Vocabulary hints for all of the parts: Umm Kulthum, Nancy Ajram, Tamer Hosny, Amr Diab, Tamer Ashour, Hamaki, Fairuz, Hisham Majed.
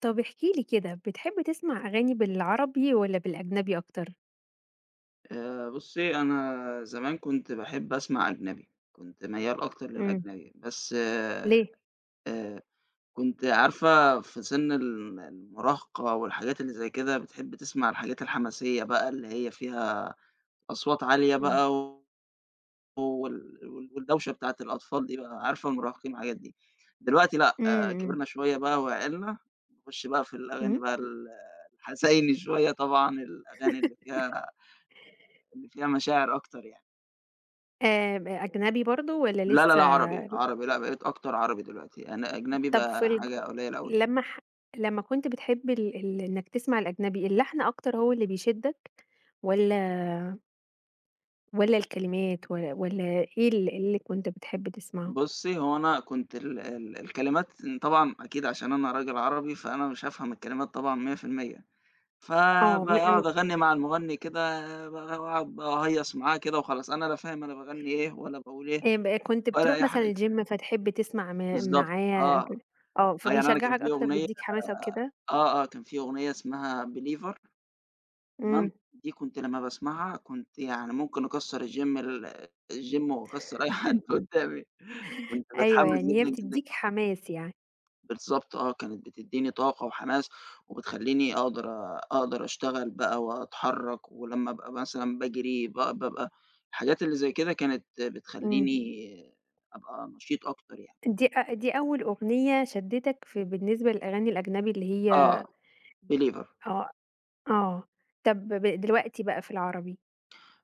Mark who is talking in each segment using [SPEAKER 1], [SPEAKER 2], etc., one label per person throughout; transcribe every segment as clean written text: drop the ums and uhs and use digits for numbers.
[SPEAKER 1] طب احكِ لي كده، بتحب تسمع أغاني بالعربي والّا بالأجنبي أكتر؟
[SPEAKER 2] بُصّي، أنا زمان كنت باحب أسمع أجنبي، كنت ميّال أكتر
[SPEAKER 1] إمم.
[SPEAKER 2] للأجنبي، بس
[SPEAKER 1] ليه؟
[SPEAKER 2] كنت عارفة في سِن المراهقة والحاجات اللي زي كده بتحب تسمع الحاجات الحماسية بقى اللي هي فيها أصوات عالية
[SPEAKER 1] إمم.
[SPEAKER 2] بقى والدوشة بتاعة الأطفال دي بقى، عارفة المراهقين الحاجات دي. دلوقتي لأ،
[SPEAKER 1] إمم،
[SPEAKER 2] آه،
[SPEAKER 1] إمم،
[SPEAKER 2] كبرنا شوية بقى وعقلنا، نخش بقى في الأغاني
[SPEAKER 1] إمم.
[SPEAKER 2] بقى الحزيني شوية طبعًا، الأغاني اللي فيها مشاعر أكتر يعني.
[SPEAKER 1] أجنبي برضه والّا
[SPEAKER 2] لا، لا،
[SPEAKER 1] لسه.
[SPEAKER 2] لأ عربي، عربي لأ بقيت أكتر عربي دلوقتي، أنا أجنبي
[SPEAKER 1] طب في
[SPEAKER 2] بقى
[SPEAKER 1] الج
[SPEAKER 2] حاجة قليلة أوي.
[SPEAKER 1] لمّا ح لمّا كنت بتحب ال إنك تسمع الأجنبي، اللحن أكتر هو اللي بيشدك، والّا والّا الكلمات، والّا إيه اللي كنت بتحب تسمعه؟
[SPEAKER 2] بُصّي، هو أنا كنت ال ال الكلمات طبعًا أكيد عشان أنا راجل عربي، فأنا مش هافهم الكلمات طبعًا 100%،
[SPEAKER 1] آه، م
[SPEAKER 2] فباقعد أغنّي مع المغني كده باقعد أهيّص معاه كده وخلاص، أنا لا فاهم أنا باغنّي إيه ولا باقول إيه
[SPEAKER 1] م كنت
[SPEAKER 2] ولا
[SPEAKER 1] بتروح
[SPEAKER 2] أي حاجة.
[SPEAKER 1] مثلًا الgym فتحب تسمع
[SPEAKER 2] بالضبط،
[SPEAKER 1] معاه
[SPEAKER 2] آه،
[SPEAKER 1] آه،
[SPEAKER 2] آه، يعني أنا كان
[SPEAKER 1] فبيشجعك
[SPEAKER 2] في
[SPEAKER 1] أكتر،
[SPEAKER 2] أغنية
[SPEAKER 1] بيدّيك حماسة وكده؟
[SPEAKER 2] آه، آه، كان في أغنية اسمها believer تمام،
[SPEAKER 1] إمم.
[SPEAKER 2] دي كنت لمّا باسمعها كنت يعني ممكن أكسّر الgym الgym وأكسّر أي حد قدّامي، كنت
[SPEAKER 1] أيوه،
[SPEAKER 2] باتحمّس
[SPEAKER 1] يعني هي
[SPEAKER 2] جدًا، جدًا.
[SPEAKER 1] بتدّيك حماس يعني.
[SPEAKER 2] بالضبط آه، كانت بتدّيني طاقة وحماس وبتخلّيني أقدر أشتغل بقى وأتحرّك، ولمّا أبقى مثلًا باجري بابقى الحاجات اللي زي كده كانت
[SPEAKER 1] إمم.
[SPEAKER 2] بتخلّيني أبقى نشيط أكتر يعني.
[SPEAKER 1] دي أول أغنية شدّتك، بالنسبة للأغاني الأجنبي اللي هي.
[SPEAKER 2] آه، believer.
[SPEAKER 1] آه، آه. طب دلوقتي بقى في العربي،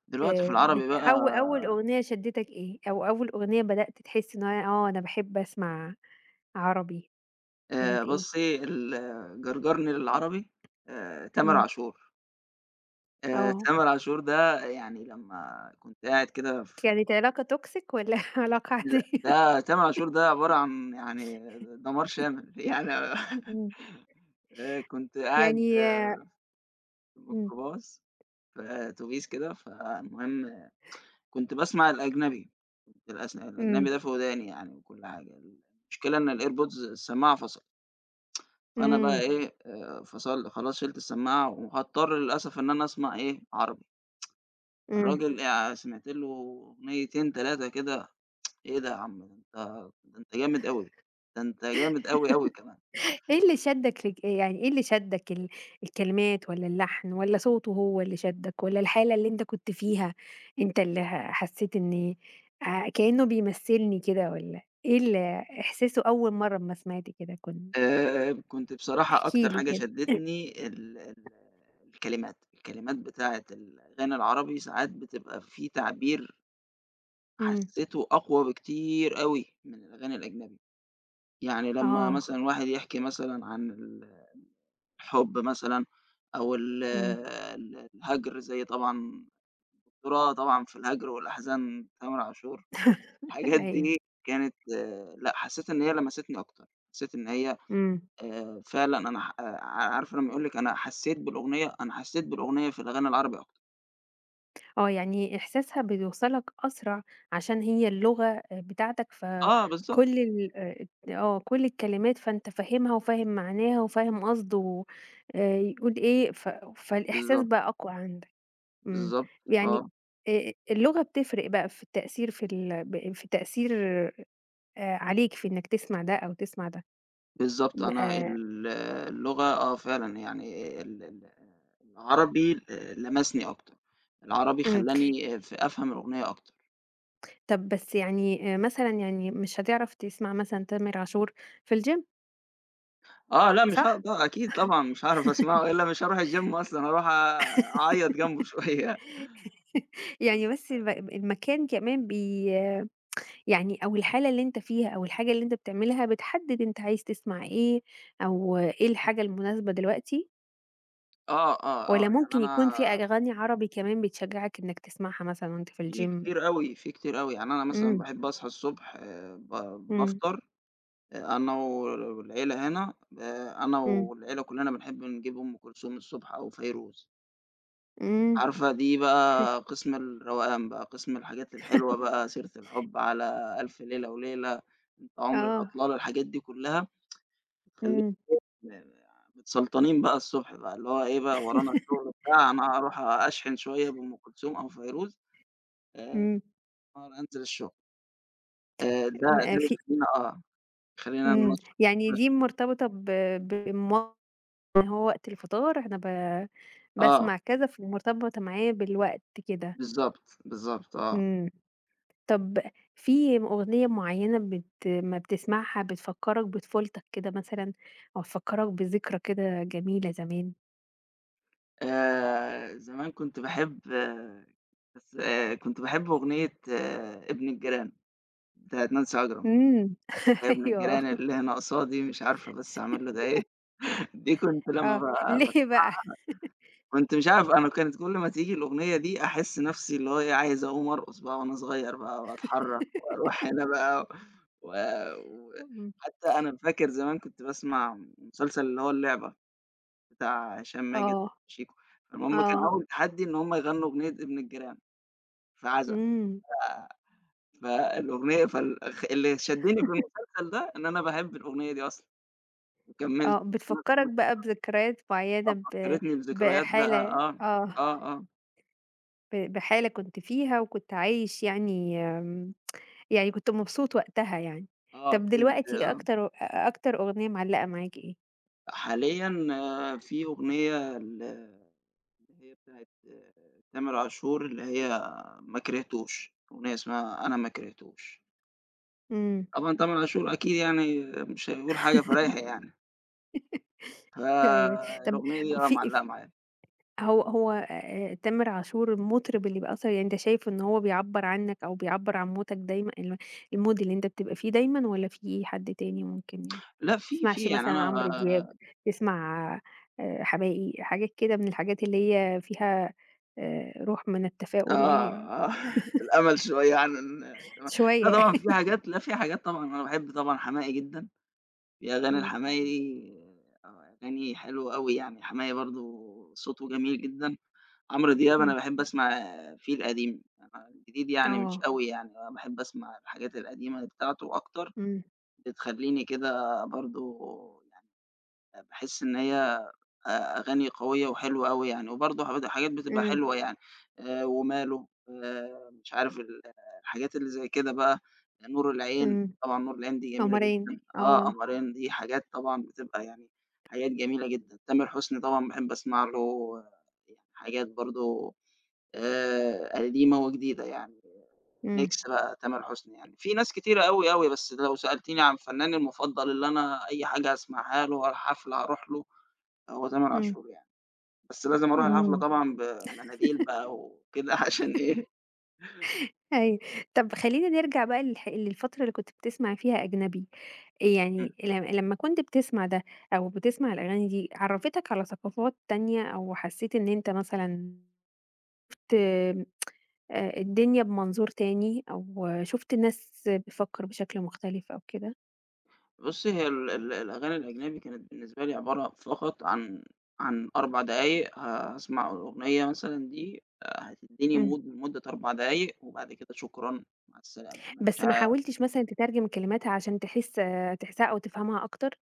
[SPEAKER 2] دلوقتي في العربي
[SPEAKER 1] بت
[SPEAKER 2] بقى
[SPEAKER 1] أو أول أغنية شدّتك إيه؟ أو أول أغنية بدأت تحس إن هي، أنا باحب أسمع عربي، كانت إيه؟
[SPEAKER 2] بُصّي، اللي جرجرني للعربي تامر
[SPEAKER 1] إمم.
[SPEAKER 2] عاشور.
[SPEAKER 1] آه.
[SPEAKER 2] تامر عاشور ده يعني لمّا كنت قاعد كده في
[SPEAKER 1] كانت علاقة toxic والّا علاقة
[SPEAKER 2] لأ،
[SPEAKER 1] عادية؟
[SPEAKER 2] ده تامر عاشور ده عبارة عن يعني دمار شامل، يعني
[SPEAKER 1] إمم.
[SPEAKER 2] كنت قاعد
[SPEAKER 1] يعني.
[SPEAKER 2] في
[SPEAKER 1] إمم.
[SPEAKER 2] ميكروباص في أتوبيس كده، فالمهم كنت باسمع الأجنبي، كنت الأجنبي
[SPEAKER 1] إمم.
[SPEAKER 2] ده في وداني يعني وكل حاجة، المشكلة إن الairpods السماعة فصلت، فأنا بقى
[SPEAKER 1] إمم.
[SPEAKER 2] إيه، فصل خلاص شِلت السماعة وهاضطر للأسف إن أنا أسمع إيه، عربي،
[SPEAKER 1] إمم.
[SPEAKER 2] الراجل سمعت له أغنيتين 3 كده إيه ده يا عم، ده أنت ده أنت جامد أوي، ده أنت جامد أوي، أوي كمان.
[SPEAKER 1] إيه اللي شدّك، يعني إيه اللي شدّك، الكلمات والّا اللحن والّا صوته هو اللي شدّك، والّا الحالة اللي أنت كنت فيها، أنت اللي ه حسّيت إن، كإنه بيمثّلني كده، والّا إيه إحساسه أول مرّة أمّا سمعت كده
[SPEAKER 2] كنت بصراحة
[SPEAKER 1] احكِ
[SPEAKER 2] أكتر
[SPEAKER 1] لي
[SPEAKER 2] حاجة
[SPEAKER 1] كده؟
[SPEAKER 2] شدّتني ال ال الكلمات، الكلمات بتاعة الأغاني العربي ساعات بتبقى في تعبير
[SPEAKER 1] إمم.
[SPEAKER 2] حسّيته أقوى بكتير أوي من الأغاني الأجنبي، يعني لمّا
[SPEAKER 1] آه.
[SPEAKER 2] مثلًا واحد يحكي مثلًا عن الحب مثلًا أو ال
[SPEAKER 1] إمم.
[SPEAKER 2] ال الهجر زي طبعًا الذرة طبعًا في الهجر والأحزان تامر عاشور. الحاجات
[SPEAKER 1] أيوه.
[SPEAKER 2] دي كانت آه، لأ، حسّيت إن هي لمستني أكتر، حسّيت إن هي
[SPEAKER 1] إمم.
[SPEAKER 2] فعلًا أنا ح عارفة لمّا يقول لِك أنا حسّيت بالأغنية، أنا حسّيت بالأغنية في الأغاني العربي أكتر.
[SPEAKER 1] آه، يعني إحساسها بيوصلك أسرع عشان هي اللغة بتاعتك،
[SPEAKER 2] آه بالضبط،
[SPEAKER 1] فكل ال آه، كل الكلمات، فأنت فاهمها وفاهم معناها وفاهم قصده، يقول إيه، فالإحساس
[SPEAKER 2] بالضبط،
[SPEAKER 1] بقى أقوى عندك. إمم،
[SPEAKER 2] بالضبط،
[SPEAKER 1] يعني
[SPEAKER 2] آه،
[SPEAKER 1] اللغة بتفرق بقى في التأثير، في ال ب في تأثير عليك، في إنك تسمع ده أو تسمع ده.
[SPEAKER 2] بالضبط
[SPEAKER 1] م
[SPEAKER 2] أنا اللغة آه فعلًا يعني ال ال العربي لمسني أكتر، العربي
[SPEAKER 1] إمم.
[SPEAKER 2] خلّاني أفهم الأغنية أكتر.
[SPEAKER 1] طب بس يعني مثلًا، يعني مش هتعرف تسمع مثلًا تامر عاشور في الgym،
[SPEAKER 2] آه لأ مش
[SPEAKER 1] صح؟
[SPEAKER 2] هاقد أكيد طبعًا مش هاعرف أسمعه، إلّا مش هاروح الgym أصلًا، هاروح أعيّط جنبه شوية.
[SPEAKER 1] يعني بس المكان كمان يعني أو الحالة اللي أنت فيها أو الحاجة اللي أنت بتعملها بتحدد أنت عايز تسمع إيه، أو إيه الحاجة المناسبة دلوقتي،
[SPEAKER 2] آه، آه،
[SPEAKER 1] والّا
[SPEAKER 2] آه، يعني
[SPEAKER 1] ممكن يكون
[SPEAKER 2] أنا
[SPEAKER 1] في أغاني عربي كمان بتشجعك إنك تسمعها مثلًا وأنت في
[SPEAKER 2] في
[SPEAKER 1] الgym؟
[SPEAKER 2] كتير أوي، في كتير أوي، يعني أنا مثلًا
[SPEAKER 1] إمم،
[SPEAKER 2] باحب أصحى الصبح ب
[SPEAKER 1] إمم،
[SPEAKER 2] بافطر أنا والعيلة هنا أنا
[SPEAKER 1] إمم،
[SPEAKER 2] والعيلة كلنا بنحب نجيب أم كلثوم الصبح أو فيروز،
[SPEAKER 1] إمم.
[SPEAKER 2] عارفة دي بقى قسم الروقان بقى، قسم الحاجات الحلوة بقى، سيرة الحب، على ألف ليلة وليلة، أنت عمر
[SPEAKER 1] آه.
[SPEAKER 2] الأطلال، الحاجات دي كلها بتخليك
[SPEAKER 1] إمم،
[SPEAKER 2] متسلطنين بقى الصبح بقى، اللي هو إيه بقى ورانا الشغل بتاع أنا هاروح أشحن شوية بأم كلثوم أو فيروز آآ
[SPEAKER 1] إمم،
[SPEAKER 2] آه، أنزل الشغل. ده
[SPEAKER 1] م في
[SPEAKER 2] بيخلّينا آه، يخلّينا
[SPEAKER 1] إمم.
[SPEAKER 2] ننشّط
[SPEAKER 1] يعني دي مرتبطة بمواقف، إن هو وقت الفطار أنا ب
[SPEAKER 2] آه،
[SPEAKER 1] باسمع كذا، فمرتبطة معايا بالوقت كده.
[SPEAKER 2] بالضبط، بالضبط آه.
[SPEAKER 1] إمم. طب في أغنية معيّنة أمّا بتسمعها بتفكّرك بطفولتك كده مثلًا، أو تفكّرك بذكرى كده جميلة زمان؟
[SPEAKER 2] زمان كنت باحب بس كنت باحب أغنية آه، ابن الجيران بتاعة نانسي عجرم،
[SPEAKER 1] إمم.
[SPEAKER 2] اللي هي ابن الجيران
[SPEAKER 1] أيوه،
[SPEAKER 2] اللي هنا قصادي مش عارفة بس أعمل له ده إيه، دي كنت لمّا
[SPEAKER 1] آه.
[SPEAKER 2] ب
[SPEAKER 1] ليه بقى؟
[SPEAKER 2] كنت مش عارف أنا كانت كل ما تيجي الأغنية دي أحس نفسي اللي هو إيه، عايز أقوم أرقص بقى وأنا صغير بقى وأتحرّك وأروح هنا بقى و و
[SPEAKER 1] إمم.
[SPEAKER 2] حتى أنا فاكر زمان كنت باسمع مسلسل اللي هو اللعبة بتاع هشام ماجد
[SPEAKER 1] آه.
[SPEAKER 2] وشيكو، فالمهم كان
[SPEAKER 1] آه.
[SPEAKER 2] أول تحدي إن هم يغنّوا أغنية ابن الجيران في عزا،
[SPEAKER 1] إمم.
[SPEAKER 2] فالأغنية فال خ اللي شدّني في المسلسل ده إن أنا باحب الأغنية دي أصلًا وكمّلت
[SPEAKER 1] آه. بتفكّرك بقى بذكريات معيّنة، ب
[SPEAKER 2] فكّرتني بذكريات بقى
[SPEAKER 1] بحالة
[SPEAKER 2] آه،
[SPEAKER 1] آه.
[SPEAKER 2] آه، آه،
[SPEAKER 1] بحالة كنت فيها وكنت عايش يعني، آمم. يعني كنت مبسوط وقتها يعني.
[SPEAKER 2] آه،
[SPEAKER 1] طب
[SPEAKER 2] فهمت
[SPEAKER 1] دلوقتي إيه
[SPEAKER 2] آه.
[SPEAKER 1] أكتر، أكتر أغنية معلّقة معاك إيه؟
[SPEAKER 2] حاليًا آه، في أغنية اللي هي بتاعة تامر عاشور اللي هي ما كرهتوش، أغنية اسمها أنا ما كرهتوش.
[SPEAKER 1] إمم.
[SPEAKER 2] طبعًا تامر عاشور أكيد يعني مش هيقول حاجة فرايحي يعني،
[SPEAKER 1] أيوه. طب
[SPEAKER 2] فالأغنية دي آه
[SPEAKER 1] في،
[SPEAKER 2] معلقة معايا.
[SPEAKER 1] هو تامر عاشور المطرب اللي بيأثّر، يعني أنت شايف إن هو بيعبّر عنك أو بيعبّر عن مودك دايمًا، الmood اللي أنت بتبقى فيه دايمًا والّا في حد تاني ممكن
[SPEAKER 2] لأ في
[SPEAKER 1] تسمعش
[SPEAKER 2] يعني
[SPEAKER 1] مثلًا
[SPEAKER 2] أنا
[SPEAKER 1] عمرو دياب، تسمع حماقي، حاجات كده من الحاجات اللي هي فيها، روح من
[SPEAKER 2] آه،
[SPEAKER 1] التفاؤل
[SPEAKER 2] آه الأمل شوية عن لأ
[SPEAKER 1] شوية.
[SPEAKER 2] طبعًا في حاجات لأ في حاجات طبعًا أنا باحب طبعًا حماقي جدًا، في أغاني
[SPEAKER 1] إمم،
[SPEAKER 2] لحماقي آه، أغاني حلوة أوي يعني، حماقي برضه صوته جميل جدًا. عمرو دياب أنا
[SPEAKER 1] إمم.
[SPEAKER 2] باحب أسمع فيه القديم، أنا الجديد يعني مش
[SPEAKER 1] آه.
[SPEAKER 2] أوي يعني، أنا باحب أسمع الحاجات القديمة بتاعته أكتر،
[SPEAKER 1] إمم،
[SPEAKER 2] بتخلّيني كده برضه باحس إن هي أ أغاني قوية وحلوة أوي يعني، وبرضه حاجات بتبقى
[SPEAKER 1] إمم،
[SPEAKER 2] حلوة يعني، وماله، مش عارف الحاجات اللي زي كده بقى، نور العين،
[SPEAKER 1] إمم.
[SPEAKER 2] طبعًا نور العين دي جميلة
[SPEAKER 1] قمرين.
[SPEAKER 2] جدًا، آه،
[SPEAKER 1] آه.
[SPEAKER 2] قمرين دي حاجات طبعًا بتبقى يعني حاجات جميلة جدًا، تامر حسني طبعًا باحب أسمع له آه، يعني حاجات برضه قديمة وجديدة يعني.
[SPEAKER 1] إمم،
[SPEAKER 2] ميكس بقى تامر حسني يعني، في ناس كتيرة أوي، أوي، بس لو سألتيني عن فنّاني المفضّل اللي أنا أي حاجة هاسمعها له ولا حفلة هاروح له، هو تامر
[SPEAKER 1] إمم،
[SPEAKER 2] عاشور يعني، بس لازم أروح الحفلة
[SPEAKER 1] إمم.
[SPEAKER 2] طبعًا بمناديل بقى وكده عشان إيه
[SPEAKER 1] أيوه. طب خلّينا نرجع بقى للفترة اللي كنت بتسمع فيها أجنبي،
[SPEAKER 2] إمم،
[SPEAKER 1] يعني لمّا كنت بتسمع ده أو بتسمع الأغاني دي، عرّفتك على ثقافات تانية أو حسّيت إن أنت مثلًا، ت الدنيا بمنظور تاني أو شُفت ناس بتفكّر بشكل مختلف أو كده؟
[SPEAKER 2] بُصّي هي ال ال الأغاني الأجنبي كانت بالنسبة لي عبارة فقط عن 4 دقايق هاسمع الأغنية مثلًا دي هتدّيني
[SPEAKER 1] إمم.
[SPEAKER 2] mood لمدة 4 دقايق وبعد كده شكرًا، مع السلامة، أنا مش
[SPEAKER 1] بس ما
[SPEAKER 2] ه
[SPEAKER 1] حاولتش مثلًا تترجم كلماتها عشان تحسها أو تفهمها أكتر،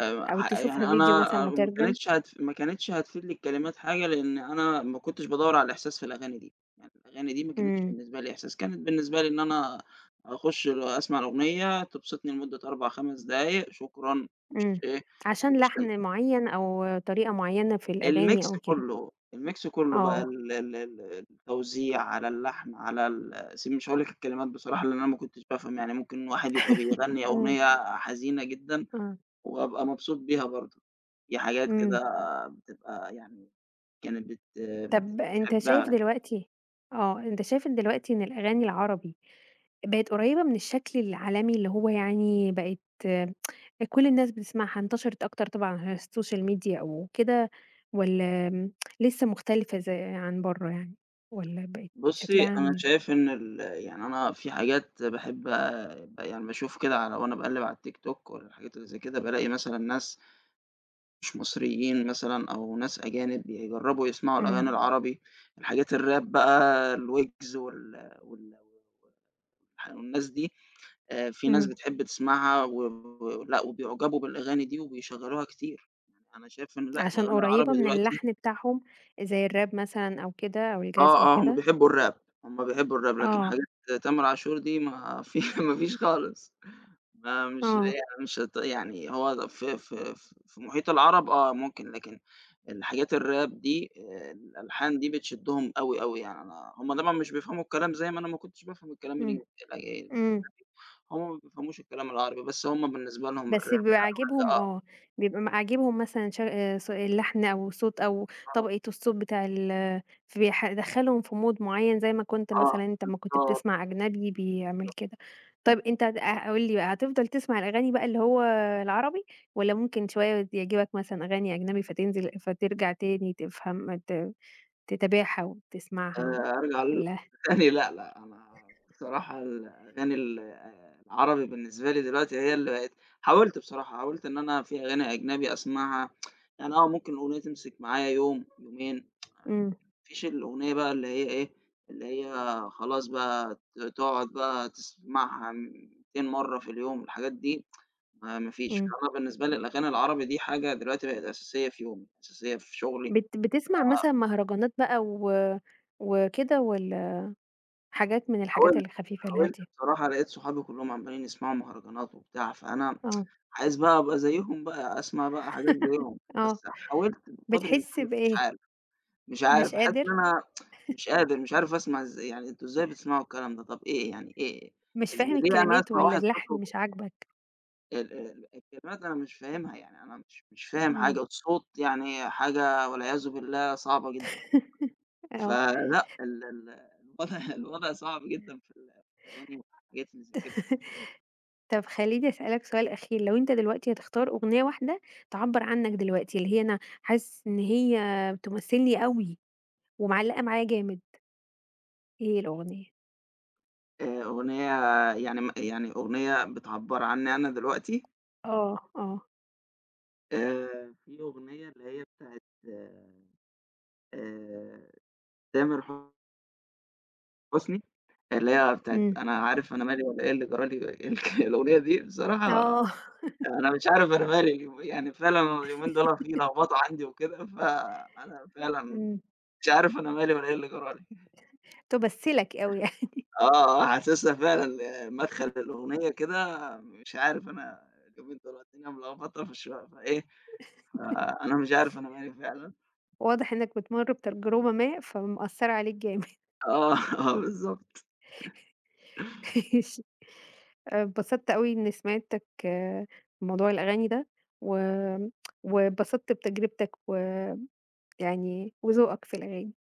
[SPEAKER 1] أو
[SPEAKER 2] ح يعني
[SPEAKER 1] تشوفها فيديو مثلًا
[SPEAKER 2] أنا آه،
[SPEAKER 1] مترجم؟
[SPEAKER 2] ما كانتش هتفيدني الكلمات حاجة، لإن أنا ما كنتش بادوّر على الإحساس في الأغاني دي، يعني الأغاني دي ما كانتش
[SPEAKER 1] إمم،
[SPEAKER 2] بالنسبة لي إحساس، كانت بالنسبة لي إن أنا أخُش أسمع الأغنية تبسطني لمدة 4، 5 دقايق شكرًا، مش
[SPEAKER 1] إمم.
[SPEAKER 2] إيه،
[SPEAKER 1] عشان
[SPEAKER 2] مش
[SPEAKER 1] لحن معيّن أو طريقة معيّنة في الأغاني
[SPEAKER 2] الميكس
[SPEAKER 1] أو كده.
[SPEAKER 2] كُلّه، الميكس كُلّه بقى
[SPEAKER 1] آه،
[SPEAKER 2] ال ال ال التوزيع، على اللحن، على ال س مش هاقول لك الكلمات بصراحة لإن أنا ما كنتش بافهم، يعني ممكن واحد يبقى بيغني
[SPEAKER 1] إمم،
[SPEAKER 2] أغنية حزينة جدًا
[SPEAKER 1] آه،
[SPEAKER 2] وأبقى مبسوط بيها برضه، دي حاجات كده
[SPEAKER 1] إمم.
[SPEAKER 2] بتبقى يعني كانت بت
[SPEAKER 1] طَب
[SPEAKER 2] بتحبها.
[SPEAKER 1] أنت شايف إن دلوقتي إن الأغاني العربي بقت قريّبة من الشكل العالمي، اللي هو يعني بقت، آه، كل الناس بتسمعها، انتشرت أكتر طبعًا على الsocial media أو كده، والّا لسه مختلفة زي عن برّه يعني، والّا بقت
[SPEAKER 2] بُصّي،
[SPEAKER 1] شكلها عامل
[SPEAKER 2] أنا
[SPEAKER 1] إيه؟
[SPEAKER 2] شايف إن يعني أنا في حاجات باحب يعني باشوف كده على وأنا باقلِّب على التيك توك ولا الحاجات اللي زي كده، بالاقي مثلًا ناس مش مصريين مثلًا أو ناس أجانب بيجرّبوا يسمعوا
[SPEAKER 1] إمم،
[SPEAKER 2] الأغاني العربي، الحاجات الراب بقى، الويجز وال وال ح الناس دي في ناس
[SPEAKER 1] إمم،
[SPEAKER 2] بتحب تسمعها و ولأ وبيعجبوا بالأغاني دي وبيشغّلوها كتير، يعني أنا شايف إن لأ،
[SPEAKER 1] عشان
[SPEAKER 2] الأغاني
[SPEAKER 1] قريّبة
[SPEAKER 2] العربي
[SPEAKER 1] من
[SPEAKER 2] دلوقتي
[SPEAKER 1] اللحن بتاعهم، زي الراب مثلًا أو كده أو الجاز
[SPEAKER 2] آه،
[SPEAKER 1] أو
[SPEAKER 2] آه، هم
[SPEAKER 1] كده؟
[SPEAKER 2] بيحبوا الراب، هم بيحبوا الراب، لكن
[SPEAKER 1] آه،
[SPEAKER 2] حاجات تامر عاشور دي ما في ما فيش خالص، ما مش
[SPEAKER 1] آه،
[SPEAKER 2] يعني مش هت يعني هو في محيط العرب آه، ممكن، لكن الحاجات الراب دي الألحان دي بتشدّهم أوي، أوي يعني أنا هم طبعًا مش بيفهموا الكلام زي ما أنا ما كنتش بافهم الكلام
[SPEAKER 1] إمم،
[SPEAKER 2] الإنج
[SPEAKER 1] إمم.
[SPEAKER 2] هُم ما بيفهموش الكلام العربي، بس هُم بالنسبة لهم
[SPEAKER 1] بس
[SPEAKER 2] الرِّحلة
[SPEAKER 1] بيبقى عاجبهم
[SPEAKER 2] آه،
[SPEAKER 1] آه، بيبقى م عاجبهم مثلًا، ش ص اللحن أو صوت أو
[SPEAKER 2] آه،
[SPEAKER 1] طبقة الصوت بتاع ال فبيح يدخّلهم في mood معيّن، زي ما كنت
[SPEAKER 2] آه،
[SPEAKER 1] مثلًا أنت أمّا كنت
[SPEAKER 2] بالضبط
[SPEAKER 1] بتسمع أجنبي بيعمل كده. طيب أنت د أ قُل لي بقى، هتفضل تسمع الأغاني بقى اللي هو العربي، والّا ممكن شوية يعجبك مثلًا أغاني أجنبي فتنزل فترجع تاني، تفهم، تتابعها
[SPEAKER 2] آآ
[SPEAKER 1] وتسمعها و
[SPEAKER 2] أرجع للأغاني
[SPEAKER 1] والّا
[SPEAKER 2] لأ، لأ، أنا بصراحة الأغاني آه، العربي بالنسبة لي دلوقتي هي اللي بقت حاولت بصراحة، حاولت إن أنا في أغاني أجنبي أسمعها، يعني آه، ممكن الأغنية تمسك معايا يوم، يومين، ما
[SPEAKER 1] إمم،
[SPEAKER 2] فيش الأغنية بقى اللي هي إيه، اللي هي خلاص بقى تقعد بقى تسمعها 200 مرّة في اليوم، الحاجات دي ما فيش،
[SPEAKER 1] إمم.
[SPEAKER 2] أنا بالنسبة لي الأغاني العربي دي حاجة دلوقتي بقت أساسية في يومي، أساسية في شغلي،
[SPEAKER 1] بتسمع مثلًا مهرجانات بقى وكده، والّا حاجات من الحاجات
[SPEAKER 2] حاولت
[SPEAKER 1] الخفيفة
[SPEAKER 2] حاولت
[SPEAKER 1] الهادية؟
[SPEAKER 2] بصراحة لقيت صحابي كلّهم عمّالين يسمعوا مهرجانات وبتاع، فأنا
[SPEAKER 1] آه،
[SPEAKER 2] عايز بقى أبقى زيّهم بقى، أسمع بقى حاجات زيّهم،
[SPEAKER 1] آه،
[SPEAKER 2] بس حاولت بقدر
[SPEAKER 1] بتحس
[SPEAKER 2] الإمكان بس مش
[SPEAKER 1] بإيه؟
[SPEAKER 2] عارف، مش
[SPEAKER 1] مش
[SPEAKER 2] عارف حاسس إن
[SPEAKER 1] قادر،
[SPEAKER 2] أنا مش قادر، مش عارف أسمع إزاي، يعني أنتم إزاي بتسمعوا الكلام ده؟ طَب إيه يعني إيه؟
[SPEAKER 1] مش فاهم
[SPEAKER 2] ليه أنا
[SPEAKER 1] الكلمات
[SPEAKER 2] أسمع
[SPEAKER 1] والّا
[SPEAKER 2] واحد
[SPEAKER 1] اللحن
[SPEAKER 2] صوته
[SPEAKER 1] مش عاجبك؟
[SPEAKER 2] ال ال الكلمات أنا مش فاهمها، يعني أنا مش فاهم
[SPEAKER 1] إمم.
[SPEAKER 2] حاجة، الصوت يعني حاجة والعياذ بالله صعبة جدًا.
[SPEAKER 1] آه.
[SPEAKER 2] فلأ ال ال الوضع الوضع صعب جدًا في في الأغاني والحاجات اللي زي كده،
[SPEAKER 1] طب خلّيني أسألك سؤال أخير، لو أنت دلوقتي هتختار أغنية واحدة تعبّر عنك دلوقتي، اللي هي أنا حاسس إن هي بتمثلني أوي ومعلّقة معايا جامد، إيه الأغنية؟
[SPEAKER 2] أغنية يعني يعني أغنية بتعبّر عني أنا دلوقتي،
[SPEAKER 1] آه، آه،
[SPEAKER 2] في أغنية اللي هي بتاعة آآ تامر حسني، اللي هي بتاعة
[SPEAKER 1] إمم،
[SPEAKER 2] أنا عارف أنا مالي ولا إيه اللي جرى لي الأغنية دي بصراحة
[SPEAKER 1] آه.
[SPEAKER 2] أنا مش عارف أنا مالي اليوم يعني فعلًا اليومين دول في لخبطة عندي وكده، فأنا فعلًا
[SPEAKER 1] إمم.
[SPEAKER 2] مش عارف أنا مالي ولا إيه اللي جرى لي.
[SPEAKER 1] تمثلك أوي يعني.
[SPEAKER 2] آه، آه، حاسسها فعلًا آه، مدخل الأغنية كده مش عارف أنا اليومين دول الدنيا ملخبطة فإيه، فأنا مش عارف أنا مالي فعلًا.
[SPEAKER 1] واضح إنك بتمُر بتجربة ما فمأثّرة عليك جامد.
[SPEAKER 2] آه، آه، بالضبط.
[SPEAKER 1] ماشي. آه، اتبسطت أوي إني سمعتك، موضوع الأغاني ده، و واتبسطت بتجربتك، ويعني وذوقك في الأغاني.